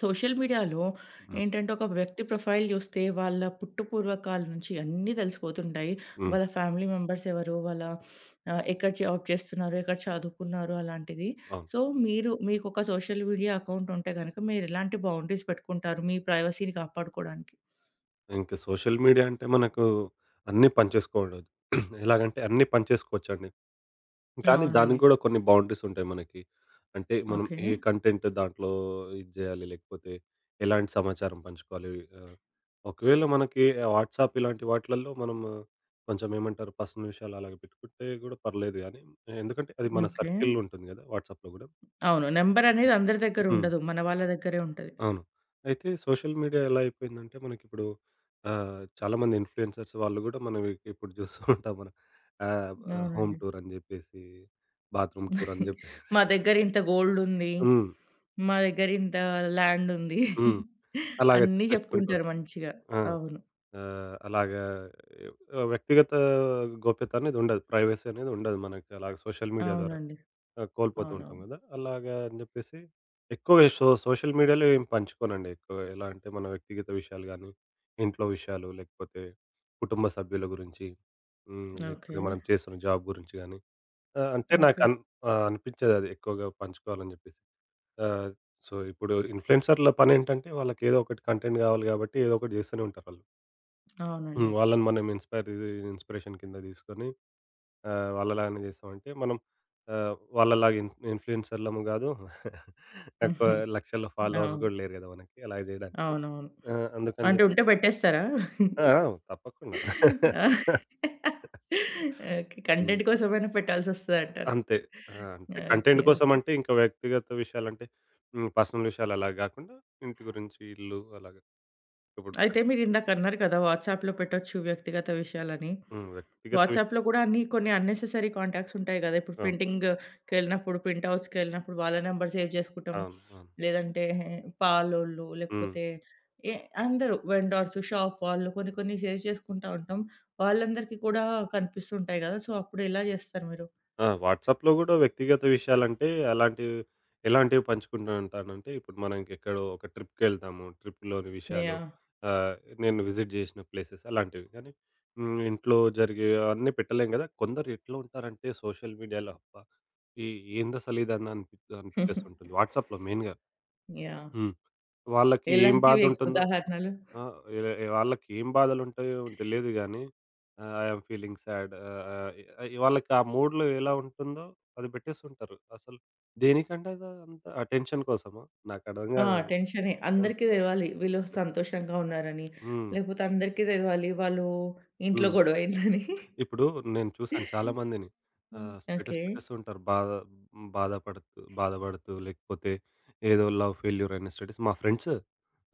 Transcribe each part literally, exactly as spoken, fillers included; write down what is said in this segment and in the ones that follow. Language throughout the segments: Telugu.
సోషల్ మీడియాలో హ్మ్. ఏంటంటే, ఒక వ్యక్తి ప్రొఫైల్ జూస్తే వాళ్ళ పుట్టుపూర్వకాల నుంచి అన్నీ తెలిసిపోతుంటాయి. హ్మ్. వాళ్ళ ఫ్యామిలీ మెంబర్స్ ఎవరు? వాళ్ళ ఆహ్, ఎక్కడ జాబ్ చేస్తున్నారు? ఎక్కడ చదువుకున్నారు? అలాంటిది. అవును. సో, మీరు మీకొక సోషల్ మీడియా అకౌంట్ ఉంటే గనక మీరెలాంటి బౌండరీస్ పెట్టుకుంటారు మీ ప్రైవసీని కాపాడుకోడానికి? ఇంక సోషల్ మీడియా అంటే మనకు అన్నీ పనిచేసుకోవడం ఎలాగంటే అన్నీ పనిచేసుకోవచ్చండి. కానీ దానికి అవునండి. గూడా కొన్ని బౌండరీస్ ఉంటాయి మనకి. అంటే మనం ఓకే. ఏ కంటెంట్ దాంట్లో ఇది జేయాలి, లేకపోతే ఎలాంటి సమాచారం పంచుకోవాలి. ఆహ్, ఒకవేళ మనకి వాట్సాప్ ఇలాంటి వాటిలల్లో మనం ఆ, కొంచెం ఏమంటారు పర్సనల్ విషయాలు అలాగ పెట్టుకుంటే గూడా పర్లేదు గానీ, ఎందుకంటే అది మన ఓకే. సర్కిల్ ఉంటుంది గదా! వాట్సాప్‌లో గూడా. అవును. నంబర్ అనేది అందరి దగ్గర హ్మ్. ఉండదు. మన వాళ్ళ దగ్గరే ఉంటది. అవును. అయితే సోషల్ మీడియా ఎలా అయిపోయిందంటే మనకిప్పుడు ఆహ్, చాలామంది ఇన్‌ఫ్లుయెన్సర్స్ వాళ్ళు గూడా మనవి ఇప్పుడు జూస్తూ ఉంటాం మనం. ఆహ్, ఆహ్, హోమ్ అవునండి. టూర్ అని జెప్పేసి, బాత్రూమ్ టూర్ అని జెప్పేసి మా దగ్గర ఇంత గోల్డ్ ఉంది. హ్మ్. మా దగ్గర ఇంత ల్యాండ్ ఉంది. హ్మ్. అలాగే అన్నీ చెప్పేసుకుంటూ చెప్పుకుంటారు ఉంటాం. మంచిగా. ఆ! అవును. ఆ! అలాగా ఆహ్, వ్యక్తిగత గోప్యత అనేది ఉండదు. ప్రైవసీ అనేది ఉండదు మనకి అలాగ సోషల్ మీడియా ద్వారా. అవునండి. ఆహ్, కోల్పోతూ ఉంటాం అవునవును. గదా! అలాగా అని జెప్పేసి ఎక్కువగా సో సోషల్ మీడియాలో ఏం పంచుకోనండి ఎక్కువగా. ఎలా అంటే మన వ్యక్తిగత విషయాలు గానీ, ఇంట్లో విషయాలు లేకపోతే కుటుంబ సభ్యుల గురించి, హ్మ్. ఓకే. లేకపోతే మనం చేస్తున్న జాబ్ గురించి గానీ ఆహ్, అంటే నాకు ఓకే. అన్ ఆహ్, అనిపించదది ఎక్కువగా పంచుకోవాలని జెప్పేసి. ఆహ్, సో ఇప్పుడు ఇన్‌ఫ్లుయెన్సర్‌ల పనేంటంటే వాళ్ళకేదో ఒకటి కంటెంట్ గావాలి గాబట్టి ఏదో ఒకటి జేస్తూనే ఉంటారు ఆళ్ళు. హ్మ్. అవునండి. వాళ్ళని మనం ఇన్‌స్పైర్ ఇది ఇన్‌స్పిరేషన్ కింద తీసుకొని ఆహ్, వాళ్ళలాగానే చేసామంటే మనం ఆహ్, వాళ్ళలాగా ఇన్ ఇన్‌ఫ్లుయెన్సర్‌లము గాదు. ఎక్కువ హుహు. లక్షల్లో ఫాలోవర్స్ అవును. గూడా లేరు గదా! మనకి అలా జేయడానికి. అవునవును. ఆ! అందుకని అంటే జెప్పి ఉంటే పెట్టేస్తారా? ఆ! ఆ! తప్పకుండా. ఓకే. హ్మ్. కంటెంట్ కోసమైనా పెట్టాల్సొస్తదంటారు. అంతే. ఆ! అంటే కంటెంట్ ఓకే. ఓకే. కోసమంటే ఇంకా వ్యక్తిగత విషయాలంటే హ్మ్. పర్సనల్ విషయాలు అలా గాకుండా ఇంటి గురించి, ఇల్లు అలాగా ఇప్పుడు అయితే పెట్ మీరిందాక అన్నారు కదా! వాట్సాప్‌లో పెట్టొచ్చు వ్యక్తిగత విషయాలని. హ్మ్. వ్యక్తిగత విషయం. వాట్సాప్‌లో కూడా అన్ని కొన్ని అన్నెసెసరీ కాంటాక్ట్స్ ఉంటాయి గదా! ఇప్పుడు ఆ! ప్రింటింగ్‌కెళ్ళినప్పుడు, ప్రింట్ హౌస్‌కెళ్ళినప్పుడు వాళ్ళ నంబర్ సేవ్ చేసుకుంటాం. అవును. అవును. లేదంటే పాలోళ్ళు, హ్మ్. లేకపోతే ఏ అందరూ వెండార్స్, షాప్ వాళ్ళు కొన్ని కొన్ని సేవ్ చేసుకుంటా ఉంటాం. వాళ్ళందరికీ కూడా కనిపిస్తుంటాయి గదా! సో, అప్పుడు ఎలా జేస్తారు మీరు? ఆ! వాట్సాప్‌లో గూడా వ్యక్తిగత విషయాలంటే అలాంటివి ఎలాంటివి పంచుకుంటూ ఉంటానంటే, ఇప్పుడు మనకెక్కడో ఒక ట్రిప్‌కెళ్తాము. ట్రిప్‌లోని విషయాలు, యాహ్! ఆహ్, నేను విజిట్ జేసిన ప్లేసెస్ అలాంటివి. కానీ హ్మ్. ఇంట్లో జరిగే అన్నీ పెట్టలేం గదా! కొందరు ఎట్లా ఉంటారంటే సోషల్ మీడియాలో అబ్బా! ఈ ఏందసలు ఇదని అనిపి యాహ్! అనిపిస్తుంటుంది. వాట్సాప్‌లో మెయిన్‌గా. హ్మ్. వాళ్ళకి ఏం ఎలాంటివి ఎ బాధుంటుందో ఉదాహరణలు? ఆ! ఇలా వాళ్ళకేం బాధలుంటాయో తెలీదు గానీ, ఆహ్, ఐ యామ్ ఫీలింగ్ సాడ్ ఆహ్, ఆహ్, ఇ వాళ్ళకి ఆ మూడ్‌లో ఎలా ఉంటుందో అది పెట్టేస్తుంటారు. అసలు దేనికంటే అదంతా అటెన్షన్ కోసమా? నాకర్థం ఆ! గాదది. టెన్షనే. ఆ! అందరికీ తెలవాలి. వీళ్ళు సంతోషంగా ఉన్నారని, హ్మ్. లేకపోతే అందరికీ తెలవాలి వాళ్ళు ఇంట్లో హ్మ్. గొడవయిందని. ఇప్పుడు నేను చూసాను చాలామందిని. ఆహ్, స్టేటస్ ఓకే. పెట్టేస్తూ ఉంటారు. బాధ బాధపడుతూ, బాధపడుతూ లేకపోతే ఏదో లవ్ ఫెయిల్యూర్ అనే స్టేటస్. మా ఫ్రెండ్స్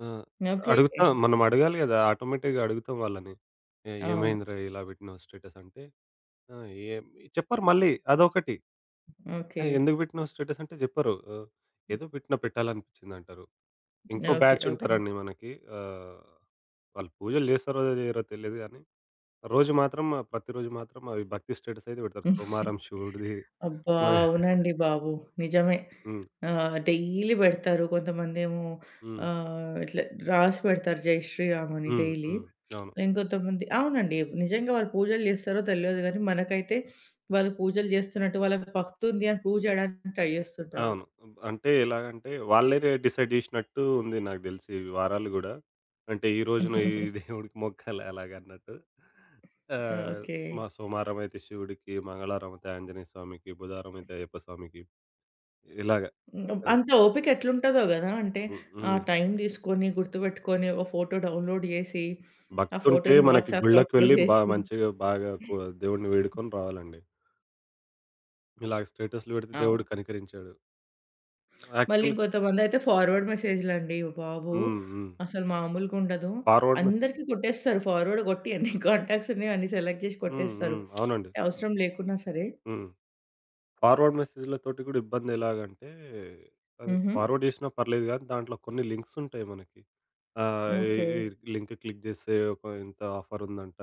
ఆహ్, ఓకే. అడుగుతాం మనం అడగాలి కదా! ఆటోమేటిక్‌గా అడుగుతాం వాళ్ళని. "ఏ అవును. ఏమైందిరా ఇలా పెట్టినావు స్టేటస్" అంటే ఆ! ఏం చెప్పరు మళ్ళీ అదొకటి. ఓకే. "ఏయ్! ఎందుకు పెట్టినావు స్టేటస్" అంటే చెప్పరు. ఆహ్, "ఏదో పెట్టిన పెట్టాలనిపించిందంటారు." ఇంకో ఓకే. Batch okay. ఉంటారండి మనకి. ఆహ్, వాళ్ళు పూజలు చేస్తారో చేయరో తెలీదు గానీ రోజు మాత్రం ఆ, ప్రతిరోజు మాత్రం అవి భక్తి స్టేటస్ అయితే పెడతారు. 'సోమారం శివుడిది' అబ్బా! మ అవునండి బాబు. నిజమే. హ్మ్. ఆహ్, డైలీ పెడతారు. కొంతమందేమో హ్మ్. ఆహ్, ఇట్లా రాసి పెడతారు జై శ్రీరామ్ అని హ్మ్. డైలీ. హ్మ్. అవును. ఇంకొంతమంది అవునండి. నిజంగా వాళ్ళు పూజలు చేస్తారో తెల్వదు గానీ, మనకైతే వాళ్ళు పూజలు చేస్తున్నట్టు వాళ్ళకి భక్తి ఉంది అని ప్రూవ్ చేయడానికి ట్రై చేస్తుంటారు. అవును. అంటే ఎలాగంటే వాళ్ళే డిసైడ్ జేసినట్టు ఉంది నాకు తెలిసి ఈ వారాలు గూడా. అంటే ఈ రోజున ఈ దేవుడికి మొక్కాలి అలాగన్నట్టు. ఆహ్, ఓకే. మా సోమవారం అయితే శివుడికి, మంగళవారం అయితే ఆంజనేయ స్వామికి, బుధవారం అయితే అయ్యప్ప స్వామికి ఇలాగ. హ్మ్. హ్మ్. అంత ఓపిక ఎట్లుంటదో గదా! అంటే ఆ హ్మ్. టైం తీసుకొని, గుర్తుపెట్టుకొని, ఒక ఫోటో డౌన్‌లోడ్ చేసి, ఆ భక్తుంటే ఫోటోని మనకి వాట్సాప్‌లో గుళ్ళకి అప్‌లోడ్ వెళ్ళి బా చేసి మంచిగా బాగా కు దేవుడిని వేడుకొని రావాలండి. ఇలాగ స్టేటస్‌లు పెడితే అవును. దేవుడు కనికరించాడు. మళ్ళీ యాక్చువల్‌గా ఇంకొంతమందయితే ఫార్వర్డ్ మెసేజ్‌లండి బాబు! హ్మ్. హ్మ్. అసలు మామూలుగుండదు. ఫార్వర్డ్ మెస్ అందరికి కొట్టేస్తారు ఫార్వర్డ్ కొట్టి అన్ని కాంటాక్ట్స్ ఉన్నాయి అన్ని సెలెక్ట్ చేసి హ్మ్. కొట్టేస్తారు. హ్మ్. అవునండి. అవసరం లేకున్నా సరే. హ్మ్. ఫార్వర్డ్ మెసేజ్‌లతోటి కూడా ఇబ్బందెలాగంటే, అది హుహు. ఫార్వర్డ్ చేసినా పర్లేదు గానీ, దాంట్లో కొన్ని లింక్స్ ఉంటాయి మనకి. ఆహ్, ఈ ఓకే. ఈ లింక్ క్లిక్ చేస్తే ఒక ఇంత ఆఫర్ ఉందంట,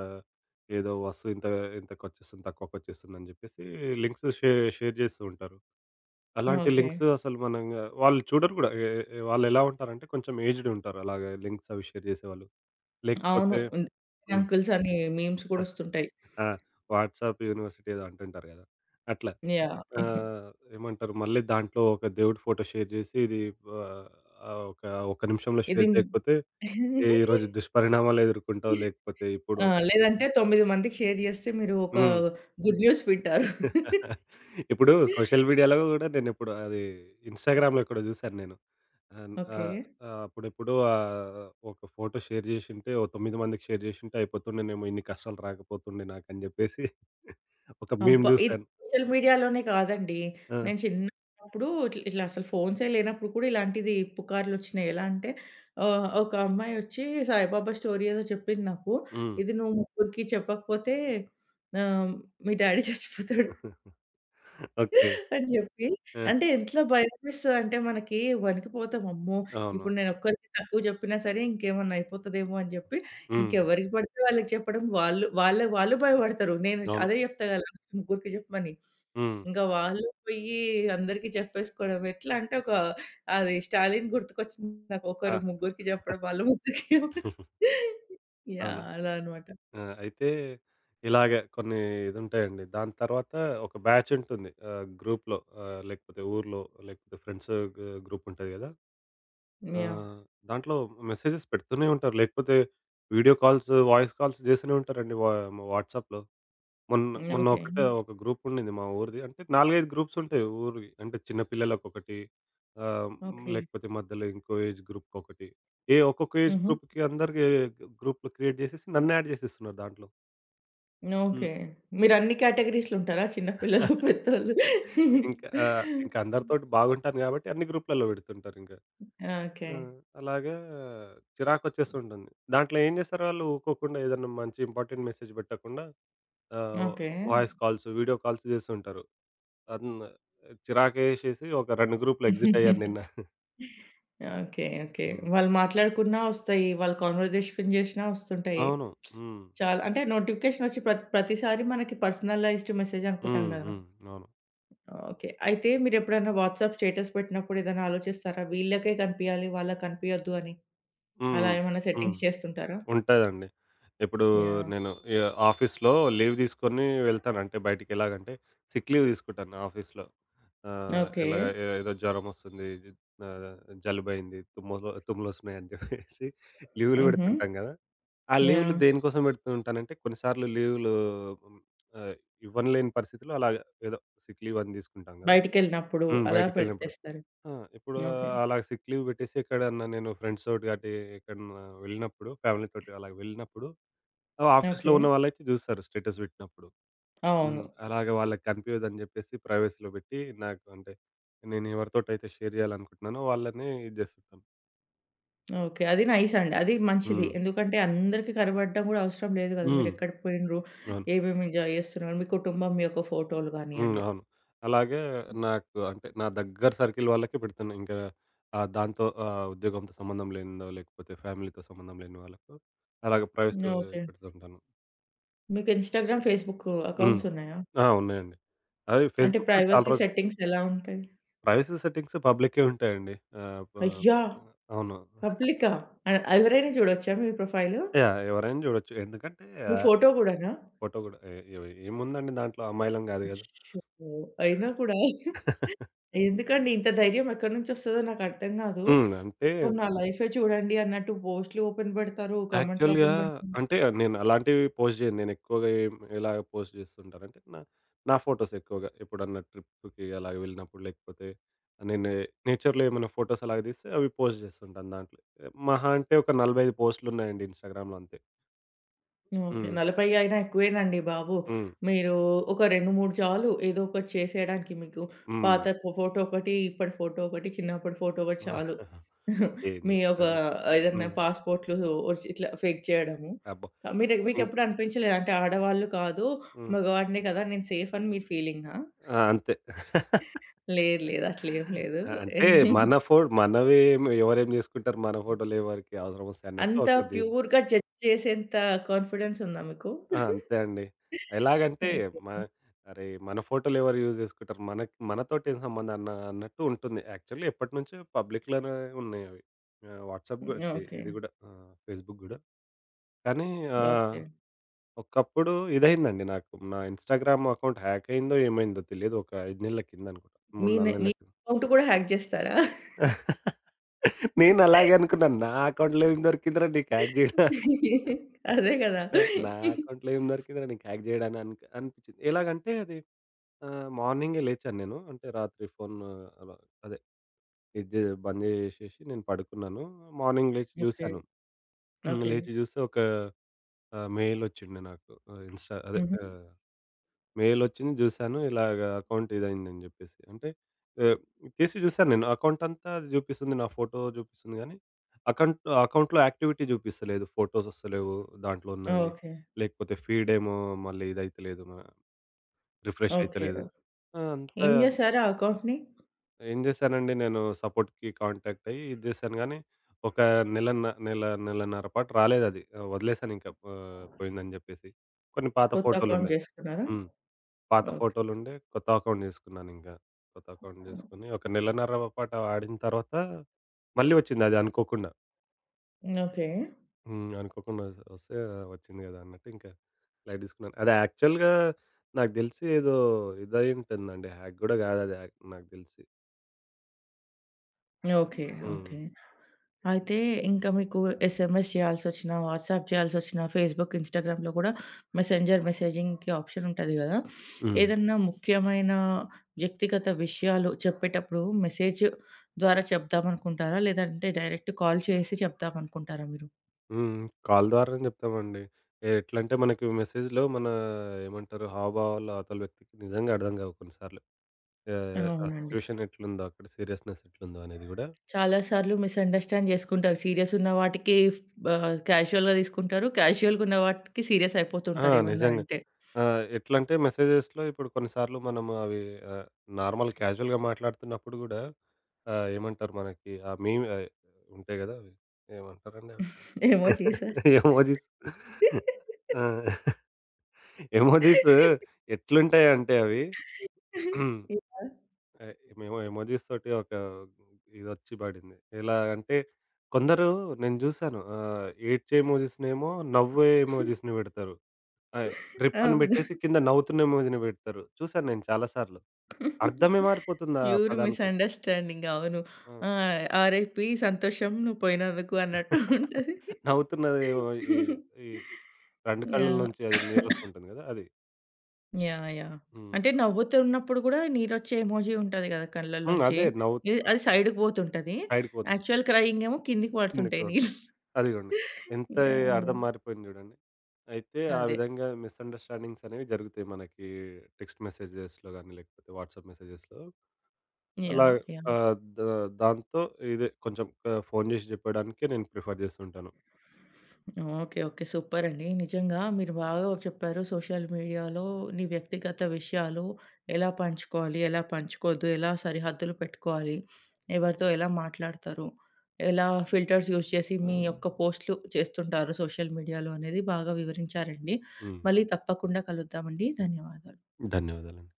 ఏదో వస్తువు ఇంత ఇంతకొచ్చేస్తుంది, తక్కువకొచ్చేస్తుందని చెప్పేసి లింక్స్ షే షేర్ చేస్తూ ఉంటారు. అలాంటి ఓకే. లింక్స్ అసలు మనంగా వాళ్ళు చూడరు కూడా. ఎ ఎ వాళ్ళెలా ఉంటారంటే కొంచెం ఏజ్డ్ ఉంటారు అలాగా లింక్స్ అవి షేర్ చేసేవాళ్ళు. అవును. లేకపోతే హ్మ్. హ్మ్. అంకుల్స్ అని మీమ్స్ కూడా వస్తుంటాయి. ఆ! వాట్సాప్ యూనివర్సిటీ ఏదో అంటుంటారు గదా! అట్లా. యాహ్! ఆహ్, ఏమంటారు మళ్ళీ దాంట్లో ఒక దేవుడి ఫోటో షేర్ జేసి ఇది ఆహ్, ఆహ్, ఒక ఒక్క నిమిషంలో ఇది షేర్ జేయకపోతే ఈ రోజు దుష్పరిణామాలు ఎదుర్కొంటావు లేకపోతే ఇప్పుడు ఆ! లేదంటే తొమ్మిది మందికి షేర్ చేస్తే మీరు ఒక హ్మ్. గుడ్ న్యూస్ వింటారు. ఇప్పుడు సోషల్ మీడియాలో గూడా నేనెప్పుడు అది ఇన్‌స్టాగ్రామ్‌లో ఎక్కడో జూసాను నేను. ఆహ్, ఓకే. ఆహ్, ఆహ్, అప్పుడెప్పుడో ఆహ్, ఒక ఫోటో షేర్ జేషుంటే ఓ తొమ్మిది మందికి షేర్ జేషుంటే అయిపోతుండేనేమో ఇన్ని కష్టాలు రాకపోతుండే నాకని జెప్పేసి ఒక మీమ్ అబ్బా! ఇది జూసాను. సోషల్ మీడియాలోనే కాదండి. ఆ! నేను చిన్నప్పుడు ఇట్లా ఇట్లా అసలు ఫోన్సే లేనప్పుడు కూడా ఇలాంటిది పుకార్లొచ్చినాయి. ఎలా అంటే ఆహ్, ఒక అమ్మాయి వచ్చి సాయిబాబా స్టోరీ ఏదో చెప్పింది నాకు. హ్మ్. ఇది నువ్వు ముగ్గురికి చెప్పకపోతే ఆహ్, మీ డ్యాడీ చచ్చిపోతాడు ఓకే. అని చెప్పి ఆ! అంటే ఎంత భయమేస్తదంటే మనకి వణికిపోతాం. అమ్మో! అవును. ఇప్పుడు నేను ఒక్కరికి తక్కువ చెప్పినా సరే ఇంకేమన్నా అయిపోతదేమో అని చెప్పి హ్మ్. ఇంకెవరికి పడితే వాళ్ళకి చెప్పడం వాళ్ళు వాళ్ళ వాళ్ళు భయపడతారు. నేను అవును. అదే చెప్తా కదా! ముగ్గురికి చెప్పమని. హ్మ్. ఇంకా వాళ్ళు పోయి అందరికి చెప్పేసుకోవడం. ఎట్లా అంటే ఒక అది 'స్టాలిన్' గుర్తుకొచ్చింది నాకు. ఆ! ఒకరు ముగ్గురికి చెప్పడం, వాళ్ళు ముగ్గురికి అవును. యాహ్! అలా అనమాట. ఆ! అయితే ఇలాగ కొన్ని ఇదుంటాయండి. దాని తర్వాత ఒక బ్యాచ్ ఉంటుంది. ఆహ్, గ్రూప్‌లో ఆహ్, లేకపోతే ఊర్లో లేకపోతే ఫ్రెండ్స్ గ్ గ్రూప్ ఉంటది గదా! ఆ! యాహ్! దాంట్లో మెసేజెస్ పెడుతూనే ఉంటారు. లేకపోతే వీడియో కాల్స్, వాయిస్ కాల్స్ జేస్తూనే ఉంటారండి వా వాట్సాప్‌లో. మొన్న మొన్న ఓకే. ఒకటే ఒక గ్రూప్ ఉండింది మా ఊరిది. అంటే నాలుగు, ఐదు గ్రూప్స్ ఉంటాయి ఊరివి. అంటే చిన్న పిల్లలకొకటి ఆహ్, హ్మ్, ఓకే. లేకపోతే మధ్యలో ఇంకో ఏజ్ గ్రూప్‌కొకటి. ఏ ఒక్కొక్క ఏజ్ హుహు. గ్రూప్‌కి అందరికి గ్రూప్‌లు క్రియేట్ చేసేసి నన్ను యాడ్ చేసేస్తున్నారు దాంట్లో. హ్మ్. ఓకే. మీరు అన్ని కేటగరీస్‌లో ఉంటారా? చిన్న పిల్లలు, పెద్దోళ్ళు. ఇంకా ఆహ్, ఇంకా అందరితోటి బాగుంటాను కాబట్టి అన్ని గ్రూప్‌లలో పెడుతుంటారింక. ఓకే. ఆ! అలాగా చిరాకొచ్చేస్తుంటుంది. దాంట్లో ఏం చేస్తారు వాళ్ళు ఊకోకుండా ఏదన్నా మంచి ఇంపార్టెంట్ మెసేజ్ పెట్టకుండా ఆహ్, okay. Voice calls, video calls చేస్తుంటారు. అన్ చిరాకేసేసి ఒక రెండు గ్రూప్‌లు ఎగ్జిట్ అయ్యాను నిన్న. ఓకే. ఓకే. హ్మ్. వాళ్ళు మాట్లాడుకున్నా వస్తాయి. వాళ్ళు కన్వర్జేషన్ చేషినా వస్తుంటాయి. అవును. హ్మ్. చాలా అంటే నోటిఫికేషనొచ్చి ప్రత్ ప్రతిసారి మనకి పర్సనలైజ్డ్ మెసేజ్ అనుకుంటాం హ్మ్. గదా! హ్మ్. అవును. ఓకే. అయితే మీరెప్పుడైనా వాట్సాప్ స్టేటస్ పెట్టినప్పుడు ఏదైనా ఆలోచిస్తారా? వీళ్ళకే కనిపియాలి, వాళ్ళకి కనిపియొద్దు అని. అలా హ్మ్. ఏమన్నా హ్మ్. సెట్టింగ్స్ చేస్తుంటారా? ఉంటదండి. ఇప్పుడు యాహ్! నేను ఈ ఆఫీస్‌లో లీవ్ తీసుకొని వెళ్తాను. అంటే బయటికి ఎలాగంటే సిక్ లీవ్ తీసుకుంటాను ఆఫీస్‌లో. ఆహ్, ఓకే. ఇలాగ ఏ ఏదో జ్వరమొస్తుంది. ఆహ్, జలుబయింది. తుమ్ములు తుమ్ములొస్తున్నాయని చెప్పేసి లీవ్‌లు హుహు. పెడుతుంటాం కదా! ఆ లీవ్‌లు యాహ్! దేనికోసం పెడుతూ ఉంటానంటే, కొన్నిసార్లు లీవ్‌లు హ్మ్, ఆహ్, ఇవ్వనులేని పరిస్థితిలో అలాగా ఏదో సిక్ లీవ్ అని తీసుకుంటాం గదా! బయటికెళ్ళినప్పుడు హ్మ్. అలా బయటికెళ్ళినప్పుడు. పెట్టేస్తారు. ఆ! ఇప్పుడు ఓకే. అలా సిక్ లీవ్ పెట్టేసి ఎక్కడన్నా నేను ఫ్రెండ్స్‌తోటి అటు ఎక్కడన్నా వెళ్ళినప్పుడు, ఫ్యామిలీతోటి అలా వెళ్ళినప్పుడు ఆఫీస్‌లో ఓకే. ఉన్న వాళ్ళైతే జూస్తారు స్టేటస్ పెట్టినప్పుడు. అవును. హ్మ్. అలాగే వాళ్ళకి కనిపియదని జెప్పేసి ప్రైవసీలో పెట్టి నాకు అంటే, నేను ఎవరితోటైతే షేర్ జేయాలనుకుంటున్నానో వాళ్ళనే ఇది జేస్తుంటాను. ఓకే. అది నైస్ అండి. అది మంచిది. హ్మ్. ఎందుకంటే అందరికి కనబడడం గూడా అవసరం లేదు గదా! హ్మ్. మీరెక్కడికి పోయిండ్రు, అవును. ఏమేమి ఎంజాయ్ జేస్తున్నారు, మీ కుటుంబం మీ యొక్క ఫోటోలు హ్మ్. గానియ్యండి. అవును. అలాగే నాకు అంటే నా దగ్గర సర్కిల్ వాళ్ళకే పెడుతున్నా. ఇంకా ఆహ్, దాంతో ఆహ్, ఉద్యోగంతో సంబంధం లేనిదో, లేకపోతే ఫ్యామిలీతో సంబంధం లేని వాళ్ళకు అలాగే ప్రైవసీ ఓకే. పెడుతుంటాను. మీకు ఇన్‌స్టాగ్రామ్, ఫేస్‌బుక్ హ్మ్. అకౌంట్స్ ఉన్నాయా? ఆ! ఉన్నాయండి. అవి అంటే ఫేస్‌బుక్‌లో చాలా ప్రైవసీ రోజులు సెట్టింగ్స్ ఎలా ఉంటాయి? ప్రైవసీ సెట్టింగ్స్ పబ్లిక్‌కే ఉంటాయండి. ఆహ్, ప అయ్యా! అవును. పబ్లికా? ఆహ్, ఎవరైనా చూడొచ్చా మీ ప్రొఫైలు? యాహ్! ఎవరైనా చూడొచ్చు. ఎందుకంటే మీ ఆహ్, ఫోటో గూడానా? ఫోటో కూడా ఏ ఏ- ఏముందండి దాంట్లో అమ్మాయిలం కాదు కదా! అయ్యో! అయినా కూడా ఎందుకండి ఇంత ధైర్యం ఎక్కడి నుంచొస్తదో నాకర్థం గాదు. హ్మ్. అంటే మొత్తం నా లైఫే చూడండి అన్నట్టు పోస్ట్‌లు ఓపెన్ బెడతారు, కామెంట్లు యాక్చువల్‌గా ఓపెన్ బెడతారు. అంటే నేను అలాంటివి పోస్ట్ చేయను. నేను ఎక్కువగా ఏం ఎలా పోస్ట్ చేస్తుంటానంటే, నా నా ఫోటోస్ ఎక్కువగా ఎప్పుడన్నా ట్రిప్‌కి అలాగ వెళ్ళినప్పుడు, లేకపోతే నేను నేచర్‌లో ఏమైనా ఫోటోస్ అలాగ తీస్తే అవి పోస్ట్ చేస్తుంటాను దాంట్లో. మహా అంటే ఒక నలభై ఐదు పోస్టులు ఉన్నాయండి ఇన్‌స్టాగ్రామ్‌లో అంతే. ఓకే. హ్మ్. నలభై అయినా ఎక్కువేనండి బాబు. హ్మ్. మీరు ఒక రెండు, మూడు చాలు. ఏదో ఒకటి చేసేయడానికి మీకు. హ్మ్. పాత ఫో ఫోటో ఒకటి, ఇప్పటి ఫోటో ఒకటి, చిన్నప్పటి ఫోటో ఒకటి చాలు. ఏం మీ ఒక చేస్తారండి. ఏదన్నా హ్మ్. పాస్‌పోర్ట్‌లు ఒరిజి ఇట్లా ఫేక్ చేయడము. అబ్బో! కా- మీరు హ్మ్. మీకెప్పుడు అనిపించలేదా? అంటే ఆడవాళ్ళు కాదు, హ్మ్. మగవాడినే కదా! నేను సేఫ్ అని మీ ఫీలింగా? ఆ! అంతే. లేదు. లేదు. అట్లేం లేదు. ఆ! అంటే మన ఫో మనవి ఎవరేం చేసుకుంటారు? మన ఫోటోలు ఎవరికి అవసరం వస్తాయి అన్నట్టు అంత ఒక ది ప్యూర్‌గా జడ్జ్ చేసేంత కాన్ఫిడెన్స్ ఉందా మీకు? ఆ! అంతే అండి. ఎలాగంటే మ ఓకే. అరే! మన ఫోటోలు ఎవరు యూజ్ జేసుకుంటారు? మనకి మనతోటి ఏం సంబంధం అన్న అన్నట్టు ఉంటుంది. యాక్చువల్లీ ఎప్పటినుంచో పబ్లిక్‌లోనే ఉన్నాయి అవి. ఆహ్, వాట్సాప్ గూడా ఛీ ఓకే. ఇది గూడా ఆహ్, ఫేస్‌బుక్ గూడా. కానీ ఆహ్, ఓకే. ఒకప్పుడు ఇదయిందండి నాకు. నా ఇన్‌స్టాగ్రామ్ అకౌంట్ హ్యాక్ అయిందో, ఏమైందో తెలియదు. ఒక ఐదు నెలల కింద అనుకుంటా. మూడు, మీ నె నాలుగు మీ నెలల కింద. అకౌంట్ కూడా హ్యాక్ జేస్తారా? నేను అలాగే అనుకున్నాను. నా అకౌంట్‌లో ఏం దొరికిందిరా నీకు హ్యాక్ జేయడా అదే గదా! నా అకౌంట్‌లో ఏం దొరికిందిరా నీకు హ్యాక్ జేయడానికి అనిపించింది. ఎలాగంటే అది ఆ! మార్నింగే లేచాను నేను. అంటే రాత్రి ఫోన్ అలా అదే ఇది జే బంద్ జేసేసి నేను పడుకున్నాను. మార్నింగ్ లేచి ఓకే. జూసాను. హ్మ్. ఓకే. లేచి జూస్తే ఒక ఆహ్, మెయిల్ ఒచ్చిండే నాకు. ఆహ్, ఇన్‌స్టా అదే హుహు. ఆహ్, మెయిల్ ఒచ్చింది జూసాను. ఇలాగ అకౌంట్ ఇదయిందని జెప్పేసి. అంటే ఆహ్, తీసి జూసాను నేను. అకౌంట్ అంతా జూపిస్తుంది. నా ఫోటో జూపిస్తుంది గానీ, అకౌంట్ అకౌంట్‌లో యాక్టివిటీ జూపిస్తలేదు. ఫోటోస్ ఒస్తలేవు దాంట్లో ఉన్నవి. ఓకే. లేకపోతే ఫీడేమో మళ్ళీ ఇదైతలేదు. మ రిఫ్రెష్ ఓకే. అయితలేదు. ఆ! అంతా ఏం జేశారు ఆ అకౌంట్‌ని? ఏం జేశానండి నేను సపోర్ట్‌కి కాంటాక్ట్ అయ్యి ఇది జేశాను గానీ, ఒక నెలన్న నెల నెలన్నర పాటు రాలేదది. ఆహ్, వదిలేసానింక ఆహ్, పోయిందని జెప్పేసి. కొన్ని పాత కొత్త అకౌంట్ ఫోటోలుండే. జేసుకున్నారా? హ్మ్. పాత ఓకే. ఫోటోలుండే కొత్త అకౌంట్ జేసుకున్నానింక. కొత్త అకౌంట్ జేసుకొని ఒక నెలన్నర పాటు ఆడిన తర్వాత మళ్ళీ వచ్చిందది అనుకోకుండా. ఓకే. హ్మ్. అనుకోకుండా ఒస్ ఒస్తే వచ్చింది గదా! అన్నట్టు ఇంకా లైట్ తీసుకున్నాను. అది యాక్చువల్‌గా నాకు దెలిసి ఏదో ఇదయ్యుంటుందండి. హ్యాక్ గూడా గాదది యాక్ నాకు దెలిసి. ఓకే. హ్మ్. ఓకే. అయితే ఇంకా మీకు ఎస్ ఎం ఎస్ చేయాల్సొచ్చినా, వాట్సాప్ చేయాల్సొచ్చినా, ఫేస్‌బుక్, ఇన్‌స్టాగ్రామ్‌లో గూడా మెసెంజర్ మెసేజింగ్‌కి ఆప్షన్ ఉంటది గదా! హ్మ్. ఏదన్నా ముఖ్యమైన వ్యక్తిగత విషయాలు చెప్పేటప్పుడు మెసేజ్ ద్వారా చెప్దామనుకుంటారా? లేదంటే డైరెక్ట్ కాల్ చేసి చెప్దామనుకుంటారా మీరు? హ్మ్. కాల్ ద్వారానే జెప్తామండి. ఎట్లంటే మనకి మెసేజ్‌లో మన ఏమంటారు హావభావాలు అవతల వ్యక్తికి నిజంగా అర్థం గావు కొన్ని సార్లు. ఆహ్, ఆ అవునండి. సిట్యుయేషన్ ఎట్లుందో అక్కడ సీరియస్‌నెస్ ఎట్లుందో అనేది గూడా చాలా సార్లు మిస్‌అండర్‌స్టాండ్ జేసుకుంటారు. సీరియస్ ఉన్న వాటికి ఆహ్, క్యాజువల్‌గా తీసుకుంటారు. క్యాజువల్‌గా ఉన్న వాటికి సీరియస్ ఆ! అయిపోతుంటారు ఏమన్నా నిజంగా. అంటే. ఆహ్, ఎట్లంటే మెసేజెస్‌లో ఇప్పుడు కొన్ని సార్లు మనం అవి ఆహ్, నార్మల్ క్యాజువల్‌గా మాట్లాడుతున్నప్పుడు గూడా ఆహ్, ఏమంటారు మనకి ఆ మీమ్ ఆహ్, ఉంటాయి గదా! అవి ఏమంటారండి అవి? ఎమోజీసా? ఎమోజిస్. ఆ! ఎమోజిస్ ఎట్లుంటాయంటే అవి యాహ్! ఎ మేము ఎమోజీస్ తోటి ఒక ఇదొచ్చి పడింది. ఎలా అంటే కొందరు నేను చూసాను. ఆహ్, ఏడ్చే ఎమోజీస్‌నేమో నవ్వే ఎమోజీస్‌ని పెడతారు. ఆహ్, రిప్ అని అవును. పెట్టేసి కింద నవ్వుతున్న ఎమోజీని పెడతారు. చూసాను నేను చాలా సార్లు. అర్థమే మారిపోతుంది ఆ ప్యూర్ పదానికి. మిస్‌అండర్‌స్టాండింగ్ అవును. ఆ! ఆహ్, ఆర్ ఐ పీ సంతోషం నువ్వు పోయినందుకు అన్నట్టు ఉంటది. నవ్వుతున్నదేమో ఈ ఈ రెండు కళ్ళలో యాహ్! నుంచి అది నీరొస్తుంటుంది కదా! అది. యాహ్! యాహ్! హ్మ్. అంటే నవ్వుతున్నప్పుడు గూడా నీరొచ్చే ఎమోజీ ఉంటది గదా! హ్మ్. కళ్ళల్లోంచి. అదే నవ్వు ఇది అది సైడ్‌కి పోతుంటది. సైడ్‌కి పోతుంటుంది. యాక్చువల్ క్రయింగ్ ఏమో కిందికి పడుతుంటాయి ఎందుకోండి. నీళ్ళు. అదిగోండి. ఎంత యాహ్! అర్థం యాహ్! మారిపోయింది జూడండి. అయితే ఆ అదే. విధంగా మిస్‌అండర్‌స్టాండింగ్స్ అనేవి జరుగుతాయి మనకి టెక్స్ట్ మెసేజెస్‌లో గాని, లేకపోతే వాట్సాప్ మెసేజెస్‌లో. అలా యాహ్! యాహ్! ఆహ్, ద దాంతో ఇదే కొంచెం ఆహ్, ఫోను జేసి జెప్పడానికే నేను ప్రిఫర్ జేస్తుంటాను. ఓకే. ఓకే. సూపరండి. నిజంగా మీరు బాగా చెప్పారు. సోషల్ మీడియాలో నీ వ్యక్తిగత విషయాలు ఎలా పంచుకోవాలి, ఎలా పంచుకోవద్దు, ఎలా సరిహద్దులు పెట్టుకోవాలి, ఎవరితో ఎలా మాట్లాడతారు, ఎలా ఫిల్టర్స్ యూజ్ చేసి మీ యొక్క పోస్ట్‌లు చేస్తుంటారు సోషల్ మీడియాలో అనేది బాగా వివరించారండి. హ్మ్. మళ్ళీ తప్పకుండా కలుద్దామండి. ధన్యవాదాలు. ధన్యవాదాలండి.